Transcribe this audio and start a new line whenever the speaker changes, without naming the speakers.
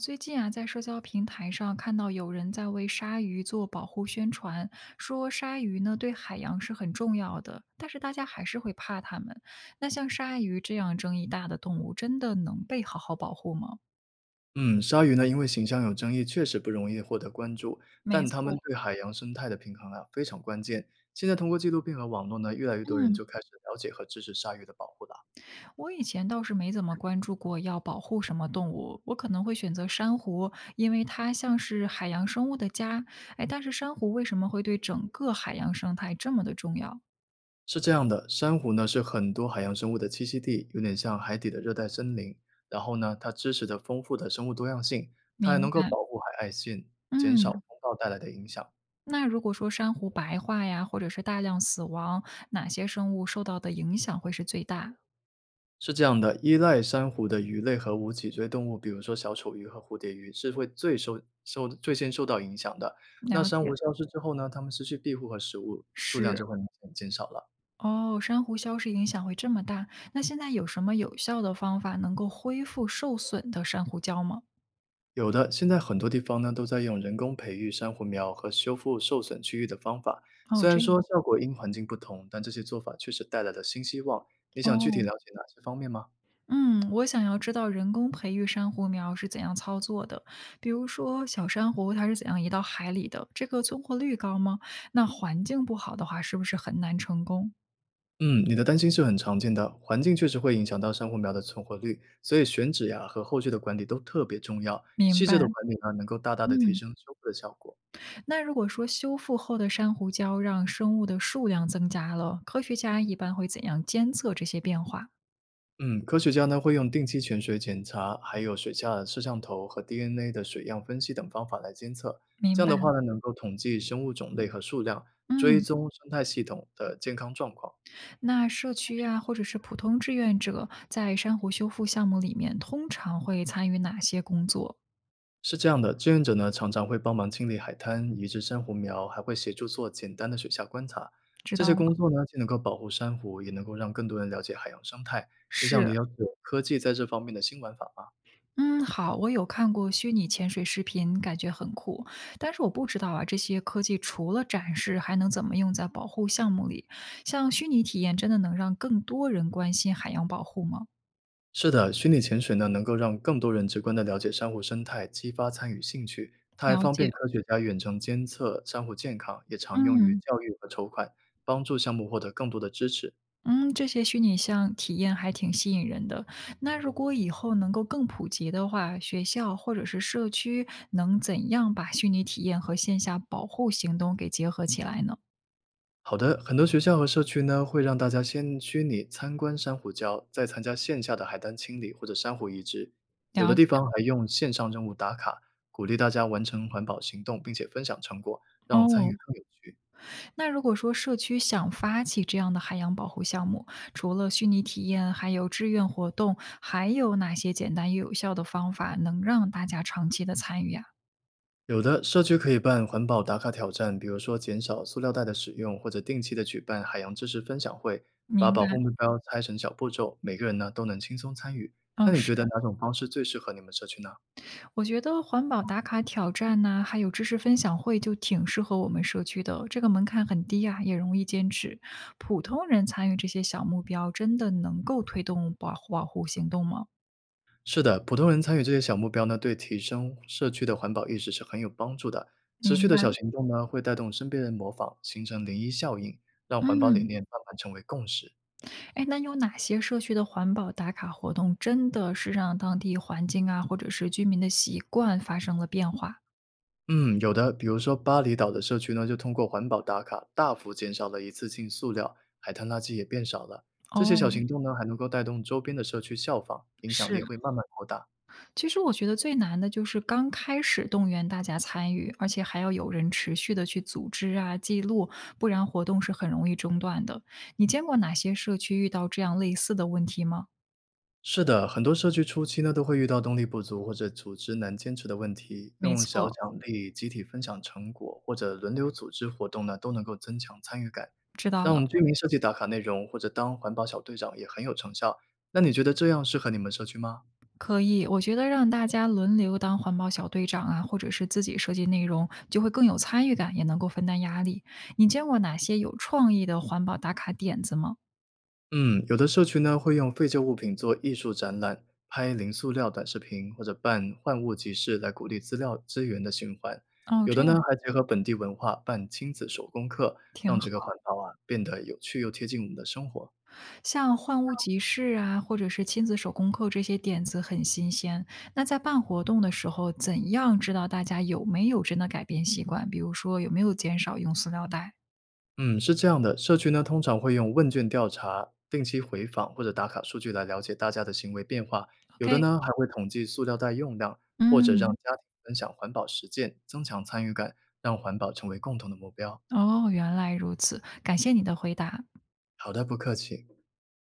最近啊，在社交平台上看到有人在为鲨鱼做保护宣传，说鲨鱼呢对海洋是很重要的，但是大家还是会怕它们。那像鲨鱼这样争议大的动物，真的能被好好保护吗？
嗯，鲨鱼呢，因为形象有争议，确实不容易获得关注，
没
但它们
错。
对海洋生态的平衡啊非常关键。现在通过纪录片和网络呢，越来越多人
嗯，
就开始了解和支持鲨鱼的保护了。
我以前倒是没怎么关注过要保护什么动物，我可能会选择珊瑚，因为它像是海洋生物的家。哎，但是珊瑚为什么会对整个海洋生态这么的重要？
是这样的，珊瑚呢是很多海洋生物的栖息地，有点像海底的热带森林。然后呢，它支持着丰富的生物多样性，它还能
明
够
白，
保护海岸线，减少风
嗯。
暴带来的影响。
那如果说珊瑚白化呀，或者是大量死亡，哪些生物受到的影响会是最大？
是这样的，依赖珊瑚的鱼类和无脊椎动物，比如说小丑鱼和蝴蝶鱼，是会最先受到影响的。那
了
珊瑚
解。
消失之后呢，它们失去庇护和食物，数量
是
就会明显减少了。
哦，珊瑚消失影响会这么大。那现在有什么有效的方法能够恢复受损的珊瑚礁吗？
有的，现在很多地方呢都在用人工培育珊瑚苗和修复受损区域的方法，
哦，
虽然
这
说
样
效果因环境不同，但这些做法确实带来了新希望。你想具体了
哦。
解哪些方面吗？
嗯，我想要知道人工培育珊瑚苗是怎样操作的，比如说小珊瑚它是怎样移到海里的，这个存活率高吗？那环境不好的话，是不是很难成功？
嗯，你的担心是很常见的，环境确实会影响到珊瑚苗的存活率，所以选址呀和后续的管理都特别重要。
明
细
白，
致的管理呢，能够大大的提
嗯。
升修复的效果。
那如果说修复后的珊瑚礁让生物的数量增加了，科学家一般会怎样监测这些变化？
嗯，科学家呢会用定期潜水检查，还有水下摄像头和 DNA 的水样分析等方法来监测。这
明
样
白。
的话呢，能够统计生物种类和数量，追
嗯，
踪生态系统的健康状况。
那社区啊，或者是普通志愿者在珊瑚修复项目里面，通常会参与哪些工作？
是这样的，志愿者呢常常会帮忙清理海滩、移植珊瑚苗，还会协助做简单的水下观察。
知
这
道
些
了。
工作呢，既能够保护珊瑚，也能够让更多人了解海洋生态。也想
是，
了解科技在这方面的新玩法吗？
嗯，好，我有看过虚拟潜水视频，感觉很酷，但是我不知道啊，这些科技除了展示，还能怎么用在保护项目里？像虚拟体验，真的能让更多人关心海洋保护吗？
是的，虚拟潜水呢，能够让更多人直观地了解珊瑚生态，激发参与兴趣。它还
了
方便
解。
科学家远程监测珊瑚健康，也常用于
嗯。
教育和筹款，帮助项目获得更多的支持。
嗯，这些虚拟像体验还挺吸引人的。那如果以后能够更普及的话，学校或者是社区能怎样把虚拟体验和线下保护行动给结合起来呢？
好的，很多学校和社区呢，会让大家先虚拟参观珊瑚礁，再参加线下的海滩清理或者珊瑚移植。有的
了
地
解。
方还用线上任务打卡，鼓励大家完成环保行动，并且分享成果，让参与
哦，
更有趣。
那如果说社区想发起这样的海洋保护项目，除了虚拟体验，还有志愿活动，还有哪些简单又有效的方法能让大家长期的参与啊？
有的社区可以办环保打卡挑战，比如说减少塑料袋的使用，或者定期的举办海洋知识分享会，把
明白。
保护目标拆成小步骤，每个人呢都能轻松参与。那
哦，
你
是。
觉得哪种方式最适合你们社区呢？
我觉得环保打卡挑战呐、还有知识分享会就挺适合我们社区的，这个门槛很低啊，也容易坚持。普通人参与这些小目标，真的能够推动保护行动吗？
是的，普通人参与这些小目标呢，对提升社区的环保意识是很有帮助的。持续
明
的
白。
小行动呢，会带动身边人模仿，形成涟漪效应，让环保理
嗯，
念慢慢成为共识。
哎，那有哪些社区的环保打卡活动真的是让当地环境啊，或者是居民的习惯发生了变化？
嗯，有的，比如说巴厘岛的社区呢，就通过环保打卡，大幅减少了一次性塑料，海滩垃圾也变少了。这些小
哦，
行动呢，还能够带动周边的社区效仿，影响
是。
力会慢慢扩大。
其实我觉得最难的就是刚开始动员大家参与，而且还要有人持续的去组织啊、记录，不然活动是很容易中断的。你见过哪些社区遇到这样类似的问题吗？
是的，很多社区初期呢都会遇到动力不足或者组织难坚持的问题，
没
用小
错，
奖励、集体分享成果或者轮流组织活动呢，都能够增强参与感，
知道
让我
了。
们居民设计打卡内容或者当环保小队长也很有成效。那你觉得这样适合你们社区吗？
可以，我觉得让大家轮流当环保小队长啊，或者是自己设计内容，就会更有参与感，也能够分担压力。你见过哪些有创意的环保打卡点子吗？
嗯，有的社区呢会用废旧物品做艺术展览，拍零塑料短视频，或者办换物集市来鼓励资料资源的循环。
哦，
有
这
的呢
样
还结合本地文化办亲子手工课，让
挺
这个
好。
环保啊变得有趣又贴近我们的生活。
像换物集市啊，或者是亲子手工课这些点子很新鲜。那在办活动的时候，怎样知道大家有没有真的改变习惯？比如说有没有减少用塑料袋
嗯，是这样的，社区呢通常会用问卷调查、定期回访或者打卡数据来了解大家的行为变化。有的
？OK。
呢还会统计塑料袋用量，或者让
嗯，
家庭分享环保实践，增强参与感，让环保成为共同的目标。
哦，原来如此，感谢你的回答。
好的，不客气。